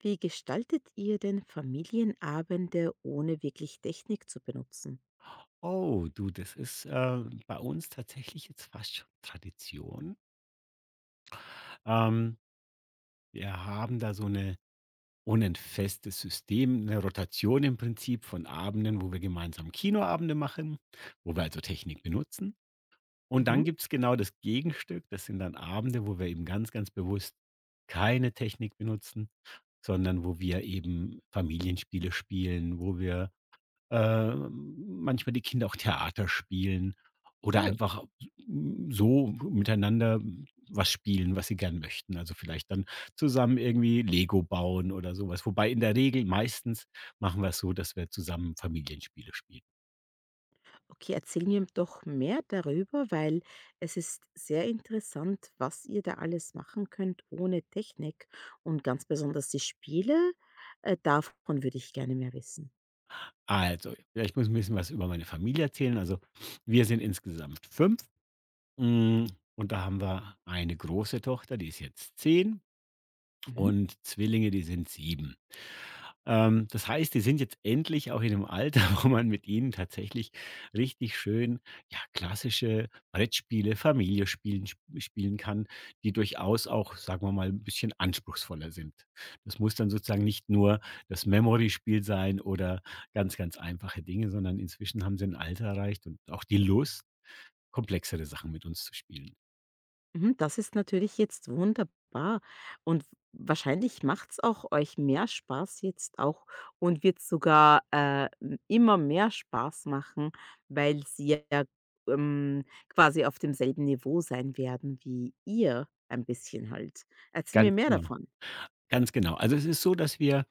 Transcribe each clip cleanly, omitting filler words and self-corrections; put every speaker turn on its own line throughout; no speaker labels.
Wie gestaltet ihr denn Familienabende, ohne wirklich Technik zu benutzen?
Oh, du, das ist, bei uns tatsächlich jetzt fast schon Tradition. Ähm, Wir haben da so eine ohne 'n festes System, eine Rotation im Prinzip von Abenden, wo wir gemeinsam Kinoabende machen, wo wir also Technik benutzen. Und
Mhm.
dann gibt's genau das Gegenstück. Das sind dann Abende, wo wir eben ganz, ganz bewusst keine Technik benutzen, sondern wo wir eben Familienspiele spielen, wo wir manchmal die Kinder auch Theater spielen oder
Oh,
einfach so miteinander was spielen, was sie gern möchten. Also vielleicht dann zusammen irgendwie Lego bauen oder sowas. Wobei in der Regel meistens machen wir es so, dass wir zusammen Familienspiele spielen.
okay, erzähl mir doch mehr darüber, weil es ist sehr interessant, was ihr da alles machen könnt ohne Technik und ganz besonders die Spiele. Davon würde ich gerne mehr wissen.
Also, ja, ich muss 'n bisschen was über meine Familie erzählen. Also, wir sind insgesamt fünf, hm, und da haben wir eine große Tochter, die ist jetzt 10,
Mhm.
und Zwillinge, die sind 7. Das heißt, die sind jetzt endlich auch in einem Alter, wo man mit ihnen tatsächlich richtig schön, ja, klassische Brettspiele, Familie spielen kann, die durchaus auch, sagen wir mal, ein bisschen anspruchsvoller sind. Das muss dann sozusagen nicht nur das Memory-Spiel sein oder ganz, ganz einfache Dinge, sondern inzwischen haben sie ein Alter erreicht und auch die Lust, komplexere Sachen mit uns zu spielen.
Mhm, das ist natürlich jetzt wunderbar und wahrscheinlich macht's auch euch mehr Spaß jetzt auch und wird sogar, m immer mehr Spaß machen, weil sie ja, ja, quasi auf demselben Niveau sein werden wie ihr ein bisschen halt. Erzähl mir
Ganz
mehr
genau.
davon.
Ganz genau. Also, es ist so, dass wir,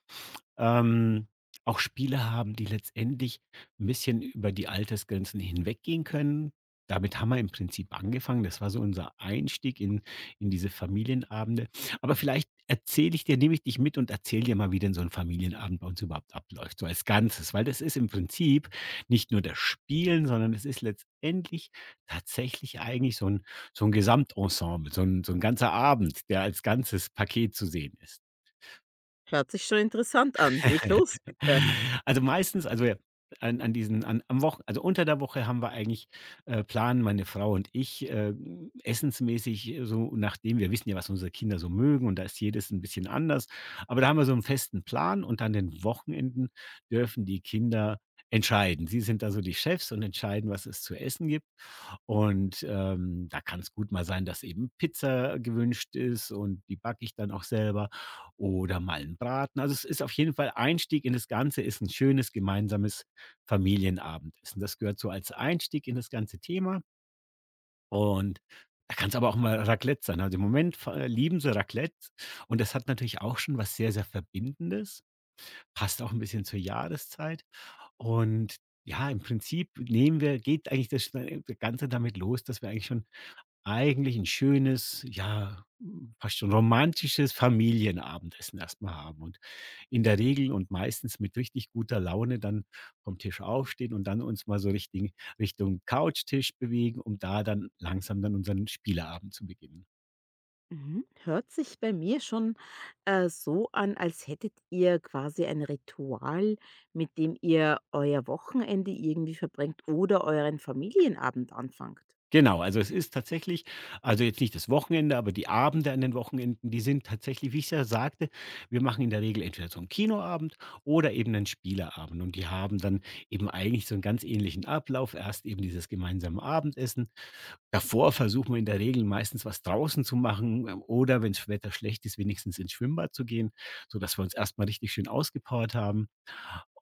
ähm, auch Spiele haben, die letztendlich ein bisschen über die Altersgrenzen hinweggehen können. Damit haben wir im Prinzip angefangen. Das war so unser Einstieg in diese Familienabende. Aber vielleicht erzähle ich dir nehme ich dich mit und erzähle dir mal, wie denn so ein Familienabend bei uns überhaupt abläuft, so als Ganzes. Weil das ist im Prinzip nicht nur das Spielen, sondern es ist letztendlich tatsächlich eigentlich so ein Gesamtensemble, so ein ganzer Abend, der als ganzes Paket zu sehen ist.
Hört sich schon interessant an. Leg los, bitte.
Also, meistens, also, ja, an an diesen an am Wochen also, unter der Woche planen meine Frau und ich, essensmäßig, so nachdem wir wissen, ja, was unsere Kinder so mögen, und da ist jedes ein bisschen anders. Aber da haben wir so einen festen Plan, und an den Wochenenden dürfen die Kinder entscheiden. Sie sind da so die Chefs und entscheiden, was es zu essen gibt. Und, da kann es gut mal sein, dass eben Pizza gewünscht ist und die backe ich dann auch selber, oder mal einen Braten. Also, es ist auf jeden Fall, Einstieg in das Ganze ist ein schönes gemeinsames Familienabendessen. Das gehört so als Einstieg in das ganze Thema, und da kann es aber auch mal Raclette sein. Also, im Moment fa lieben sie Raclette, und das hat natürlich auch schon was sehr, sehr Verbindendes, passt auch ein bisschen zur Jahreszeit. Und ja, im Prinzip nehmen wir geht eigentlich das schnell das Ganze damit los, dass wir eigentlich schon eigentlich ein schönes, ja, hm, fast schon romantisches Familienabendessen erstmal haben und in der Regel und meistens mit richtig guter Laune dann vom Tisch aufstehen und dann uns mal so richtig Richtung Couchtisch bewegen, um da dann langsam dann unseren Spieleabend zu beginnen.
Mhm. Hört sich bei mir schon so an, als hättet ihr quasi ein Ritual, mit dem ihr euer Wochenende irgendwie verbringt oder euren Familienabend anfangt.
Genau, also es ist tatsächlich, also jetzt nicht das Wochenende, aber die Abende an den Wochenenden, die sind tatsächlich, wie ich ja sagte, wir machen in der Regel entweder so einen Kinoabend oder eben einen Spieleabend, und die haben dann eben eigentlich so einen ganz ähnlichen Ablauf. Erst eben dieses gemeinsame Abendessen. Davor versuchen wir in der Regel meistens was draußen zu machen, oder wenn's Wetter schlecht ist, wenigstens ins Schwimmbad zu gehen, sodass wir uns erst mal richtig schön ausgepowert haben.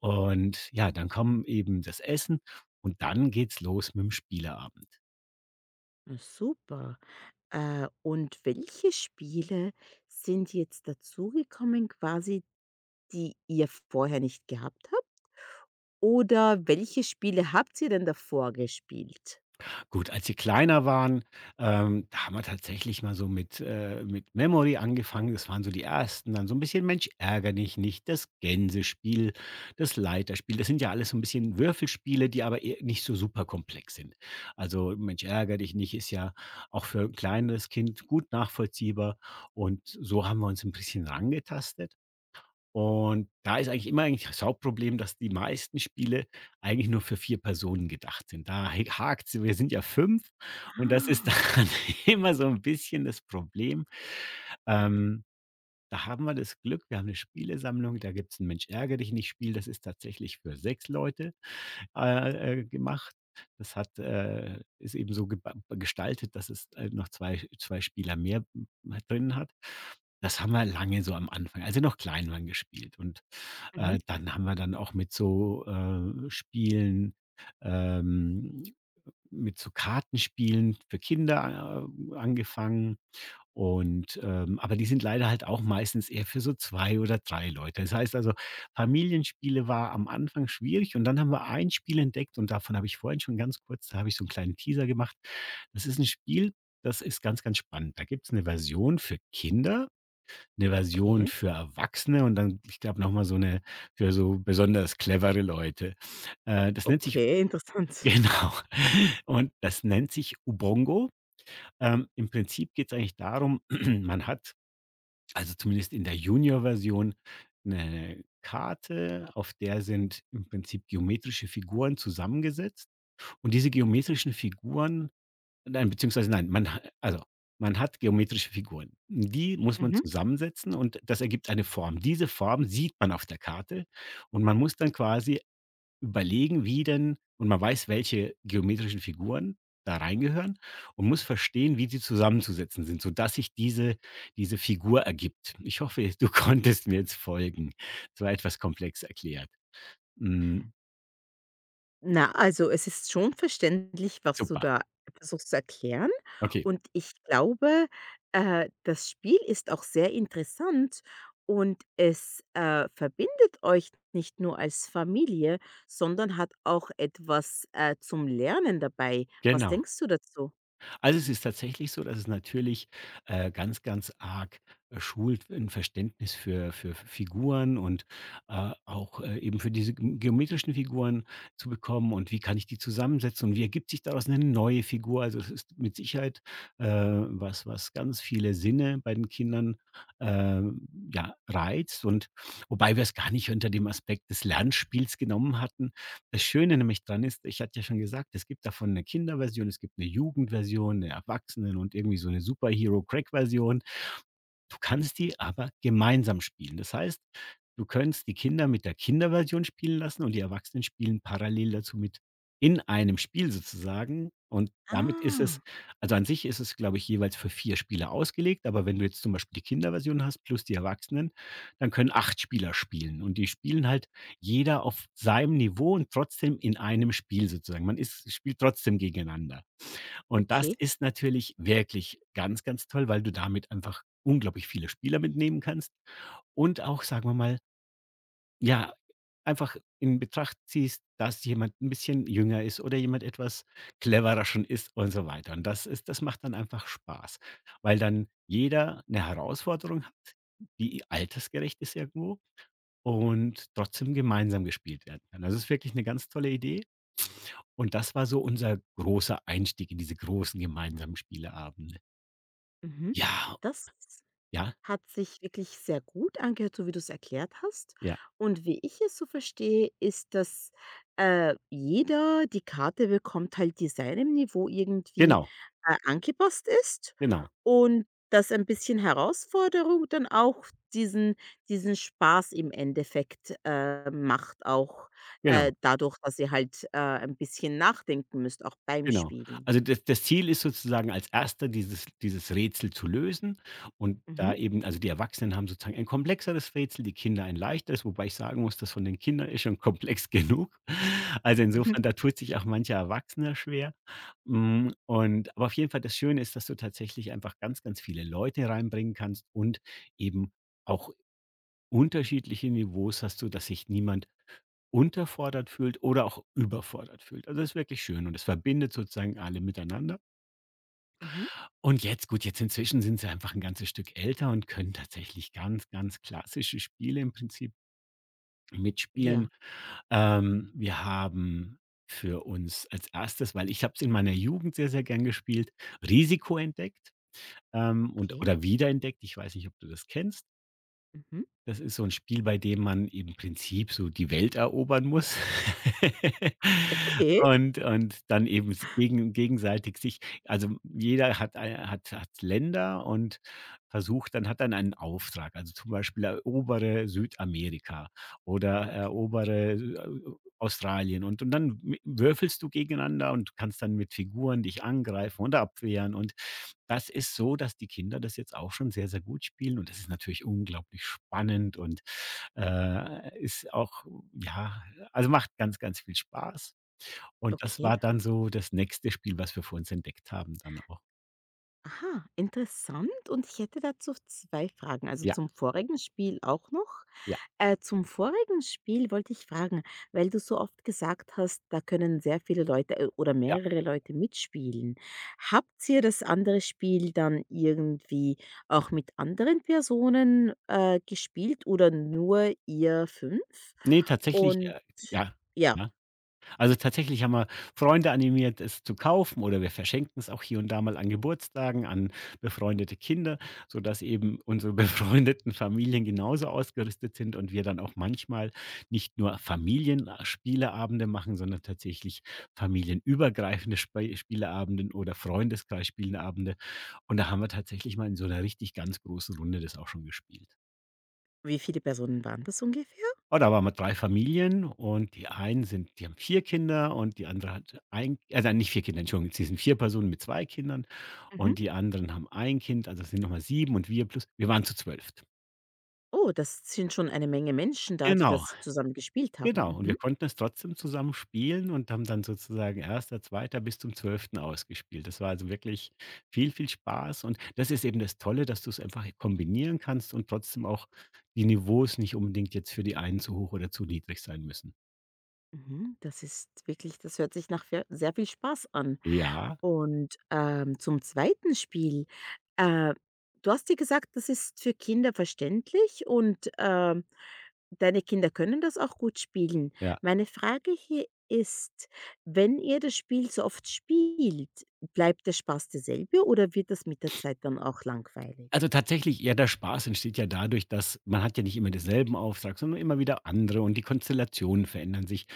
Und ja, dann kommen eben das Essen, und dann geht's los mit dem Spieleabend.
Na super. Und welche Spiele sind jetzt dazugekommen, quasi, die ihr vorher nicht gehabt habt? Oder welche Spiele habt ihr denn davor gespielt?
Gut, als sie kleiner waren, da haben wir tatsächlich mal so mit Memory angefangen. Das waren so die ersten. Dann so ein bisschen Mensch ärgere dich nicht, das Gänsespiel, das Leiterspiel. Das sind ja alles so ein bisschen Würfelspiele, die aber eher nicht so super komplex sind. Also, Mensch ärgere dich nicht ist ja auch für 'n kleineres Kind gut nachvollziehbar, und so haben wir uns ein bisschen rangetastet. Und da ist eigentlich immer eigentlich das Hauptproblem, dass die meisten Spiele eigentlich nur für 4 Personen gedacht sind. Da he hakt's. Wir sind ja 5, und das ist
Ah,
dann immer so ein bisschen das Problem. Ähm, Da haben wir das Glück, wir haben eine Spielesammlung, da gibt es 'n „Mensch ärgere dich nicht“-Spiel, das ist tatsächlich für 6 Leute gemacht. Das hat Ist eben so geba gestaltet, dass es, noch zwei Spieler mehr m drin hat. Das haben wir lange so am Anfang, als sie noch klein waren, gespielt, und,
mhm.
dann haben wir dann auch mit so, Spielen, ähm mit so Kartenspielen für Kinder, angefangen. Und, aber die sind leider halt auch meistens eher für so 2 oder 3 Leute. Das heißt also, Familienspiele war am Anfang schwierig, und dann haben wir ein Spiel entdeckt, und davon habe ich vorhin schon ganz kurz, da habe ich so einen kleinen Teaser gemacht. Das ist ein Spiel, das ist ganz, ganz spannend. Da gibt es eine Version für Kinder, eine Version
Okay,
für Erwachsene und dann, ich glaube, noch mal so eine für so besonders clevere Leute. Das nennt sich
okay, interessant.
genau. Und das nennt sich Ubongo. Im Prinzip geht es eigentlich darum, man hat, also zumindest in der Junior-Version, eine Karte, auf der sind im Prinzip geometrische Figuren zusammengesetzt, und diese geometrischen Figuren, nein, beziehungsweise nein, man hat geometrische Figuren. Die muss man
Mhm.
zusammensetzen, und das ergibt eine Form. Diese Form sieht man auf der Karte, und man muss dann quasi überlegen, wie denn, und man weiß, welche geometrischen Figuren da reingehören, und muss verstehen, wie sie zusammenzusetzen sind, sodass sich diese diese Figur ergibt. Ich hoffe, du konntest mir jetzt folgen. Es war etwas komplex erklärt. Hm,
Na, also, es ist schon verständlich, was du
super.
da versuchst zu erklären.
Okay,
Und ich glaube, das Spiel ist auch sehr interessant und es, verbindet euch nicht nur als Familie, sondern hat auch etwas, zum Lernen dabei. Was
genau.
denkst du dazu?
Also, es ist tatsächlich so, dass es natürlich, ganz, ganz arg, schult in Verständnis für Figuren und, auch, eben für diese g geometrischen Figuren zu bekommen, und wie kann ich die zusammensetzen, und wie ergibt sich daraus eine neue Figur. Also, es ist mit Sicherheit, was ganz viele Sinne bei den Kindern, ähm, ja, reizt, und wobei wir es gar nicht unter dem Aspekt des Lernspiels genommen hatten. Das Schöne nämlich dran ist, ich hatte ja schon gesagt, es gibt davon eine Kinderversion, es gibt eine Jugendversion, eine Erwachsenen und irgendwie so eine Superhero-Crack-Version. Du kannst die aber gemeinsam spielen. Das heißt, du könntest die Kinder mit der Kinderversion spielen lassen und die Erwachsenen spielen parallel dazu mit in einem Spiel sozusagen. Und damit ist es
Ah,
Also an sich ist es, glaube ich, jeweils für 4 Spieler ausgelegt, aber wenn du jetzt zum Beispiel die Kinderversion hast plus die Erwachsenen, dann können 8 Spieler spielen, und die spielen halt jeder auf seinem Niveau und trotzdem in einem Spiel sozusagen. Man ist spielt trotzdem gegeneinander. Und das
okay.
ist natürlich wirklich ganz, ganz toll, weil du damit einfach unglaublich viele Spieler mitnehmen kannst und auch, sagen wir mal, ja, einfach in Betracht ziehst, dass jemand ein bisschen jünger ist oder jemand etwas cleverer schon ist und so weiter. Und das macht dann einfach Spaß, weil dann jeder eine Herausforderung hat, die altersgerecht ist irgendwo, und trotzdem gemeinsam gespielt werden kann. Also, es ist wirklich eine ganz tolle Idee, und das war so unser großer Einstieg in diese großen gemeinsamen Spieleabende.
Mhm.
Ja,
Das
ja,
hat sich wirklich sehr gut angehört, so wie du es erklärt hast.
ja.
Und wie ich es so verstehe, ist, dass, jeder die Karte bekommt halt, die seinem Niveau irgendwie,
Genau,
angepasst ist
genau,
und dass ein bisschen Herausforderung dann auch diesen diesen Spaß im Endeffekt, macht auch,
genau,
dadurch, dass ihr halt, ein bisschen nachdenken müsst, auch beim
genau.
Spielen.
Also, das Ziel ist sozusagen als Erster dieses Rätsel zu lösen, und
Mhm.
da eben, also, die Erwachsenen haben sozusagen ein komplexeres Rätsel, die Kinder ein leichteres, wobei ich sagen muss, das von den Kindern ist schon komplex genug. Also,
Mhm.
insofern, da tut sich auch mancher Erwachsener schwer. Und aber auf jeden Fall, das Schöne ist, dass du tatsächlich einfach ganz, ganz viele Leute reinbringen kannst und eben auch unterschiedliche Niveaus hast, du, dass sich niemand unterfordert fühlt oder auch überfordert fühlt. Also, das ist wirklich schön, und es verbindet sozusagen alle miteinander.
Mhm.
Und jetzt gut, jetzt inzwischen sind sie einfach ein ganzes Stück älter und können tatsächlich ganz, ganz klassische Spiele im Prinzip mitspielen.
Ja,
Wir haben für uns als erstes, weil ich habe es in meiner Jugend sehr, sehr gern gespielt, Risiko entdeckt, und
okay.
oder wiederentdeckt. Ich weiß nicht, ob du das kennst?
Mhm.
Das ist so 'n Spiel, bei dem man im Prinzip so die Welt erobern muss
Okay.
und dann eben s gegen gegenseitig sich, also, jeder hat ein hat hat Länder und versucht dann hat dann einen Auftrag. Also, zum Beispiel: „Erobere Südamerika“ oder
Okay.
„Erobere Australien und dann w würfelst du gegeneinander und kannst dann mit Figuren dich angreifen und abwehren. Und das ist so, dass die Kinder das jetzt auch schon sehr, sehr gut spielen, und das ist natürlich unglaublich spannend und, ist auch, ja, also macht ganz, ganz viel Spaß. Und das
Okay.
war dann so das nächste Spiel, was wir für uns entdeckt haben dann auch.
Aha, interessant. Und ich hätte dazu zwei Fragen. Also
Ja,
zum vorigen Spiel auch noch.
ja,
Zum vorigen Spiel wollte ich fragen, weil du so oft gesagt hast, da können sehr viele Leute oder
ja.
mehrere Leute mitspielen. Habt ihr das andere Spiel dann irgendwie auch mit anderen Personen gespielt oder nur ihr fünf?
Ne, tatsächlich,
Und
ja,
ja,
ja. Also, tatsächlich haben wir Freunde animiert, es zu kaufen, oder wir verschenken es auch hier und da mal an Geburtstagen an befreundete Kinder, sodass eben unsere befreundeten Familien genauso ausgerüstet sind und wir dann auch manchmal nicht nur Familien machen, sondern tatsächlich familienübergreifende Spei Spieleabenden oder Freundeskreis Spieleabende. Und da haben wir tatsächlich mal in so einer richtig ganz großen Runde das auch schon gespielt.
wie viele Personen waren das ungefähr?
Oh, da waren wir 3 Familien, und die einen sind die haben 4 Kinder und die andere hat ein, also nicht 4 Kinder, Entschuldigung, sie sind 4 Personen mit 2 Kindern,
Mhm.
und die anderen haben ein Kind, also es sind noch mal 7, und wir plus wir waren zu 12.
Oh, das sind schon eine Menge Menschen da, die
Genau,
das zusammen gespielt
genau.
haben.
Und wir
Mhm.
konnten es trotzdem zusammen spielen und haben dann sozusagen 1., zweiter bis zum zwölften ausgespielt. Das war also wirklich viel, viel Spaß, und das ist eben das Tolle, dass du es einfach kombinieren kannst und trotzdem auch die Niveaus nicht unbedingt jetzt für die einen zu hoch oder zu niedrig sein müssen.
Mhm, das ist wirklich das hört sich nach ver sehr viel Spaß an.
Ja,
Und, zum zweiten Spiel, äh, du hast dir gesagt, das ist für Kinder verständlich und, deine Kinder können das auch gut spielen.
ja.
Meine Frage hier ist, wenn ihr das Spiel so oft spielt, bleibt der Spaß derselbe oder wird das mit der Zeit dann auch langweilig?
Also, tatsächlich ja, der Spaß entsteht ja dadurch, dass man hat ja nicht immer denselben Auftrag, sondern immer wieder andere, und die Konstellationen verändern sich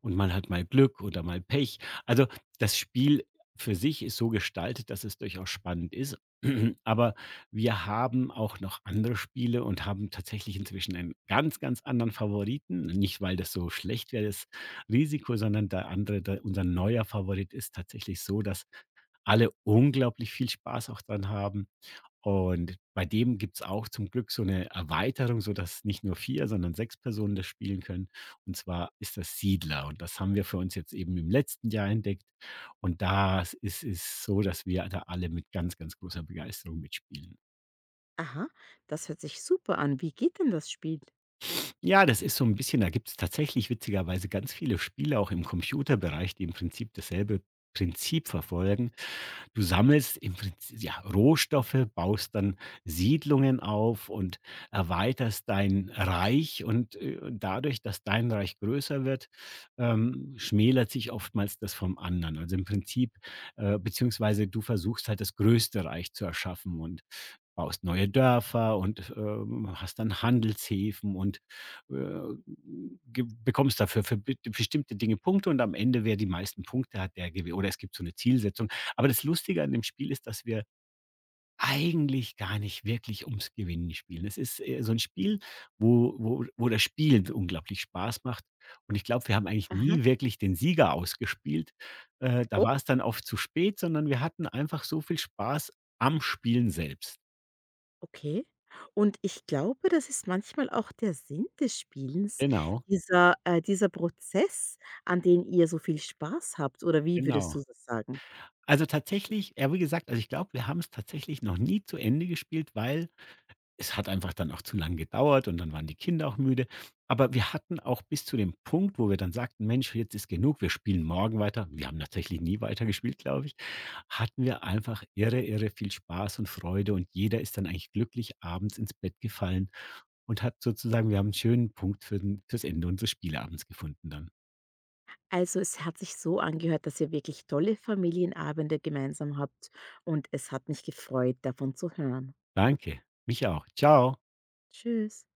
und man hat mal Glück oder mal Pech. Also, das Spiel für sich ist so gestaltet, dass es durchaus spannend ist. Aber wir haben auch noch andere Spiele und haben tatsächlich inzwischen einen ganz, ganz anderen Favoriten. Nicht, weil das so schlecht wäre, das Risiko, sondern der andere, der unser neuer Favorit ist, tatsächlich so, dass alle unglaublich viel Spaß auch dran haben. Und bei dem gibt's auch zum Glück so eine Erweiterung, sodass nicht nur 4, sondern 6 Personen das spielen können. Und zwar ist das Siedler, und das haben wir für uns jetzt eben im letzten Jahr entdeckt. Und das ist es so, dass wir da alle mit ganz, ganz großer Begeisterung mitspielen.
Aha, das hört sich super an. Wie geht denn das Spiel?
Ja, das ist so ein bisschen, da gibt es tatsächlich witzigerweise ganz viele Spiele auch im Computerbereich, die im Prinzip dasselbe Prinzip verfolgen. Du sammelst im Prinzip, ja, Rohstoffe, baust dann Siedlungen auf und erweiterst dein Reich, und, dadurch, dass dein Reich größer wird, schmälert sich oftmals das vom anderen. Also, im Prinzip, beziehungsweise du versuchst halt das größte Reich zu erschaffen und baust neue Dörfer und, hast dann Handelshäfen und, äh, ge bekommst dafür für be bestimmte Dinge Punkte, und am Ende, wer die meisten Punkte hat, der gewinnt, oder es gibt so eine Zielsetzung. Aber das Lustige an dem Spiel ist, dass wir eigentlich gar nicht wirklich ums Gewinnen spielen. Es ist, so ein Spiel, wo das Spielen unglaublich Spaß macht. Und ich glaube, wir haben eigentlich
Aha.
nie wirklich den Sieger ausgespielt. Da war es dann oft zu spät, sondern wir hatten einfach so viel Spaß am Spielen selbst.
Okay. Und ich glaube, das ist manchmal auch der Sinn des Spielens,
Genau,
dieser dieser Prozess, an den ihr so viel Spaß habt, oder wie würdest du
genau.
das sagen?
Also, tatsächlich ja, wie gesagt, also, ich glaube, wir haben es tatsächlich noch nie zu Ende gespielt, weil es hat einfach dann auch zu lang gedauert und dann waren die Kinder auch müde. Aber wir hatten auch bis zu dem Punkt, wo wir dann sagten: „Mensch, jetzt ist genug, wir spielen morgen weiter.“ Wir haben tatsächlich nie weiter gespielt, glaube ich. Hatten wir einfach irre, irre viel Spaß und Freude, und jeder ist dann eigentlich glücklich abends ins Bett gefallen und hat sozusagen, wir haben einen schönen Punkt für den fürs Ende unseres Spieleabends gefunden dann.
Also, es hat sich so angehört, dass ihr wirklich tolle Familienabende gemeinsam habt und es hat mich gefreut, davon zu hören.
Danke. Mich auch. Ciao.
Tschüss.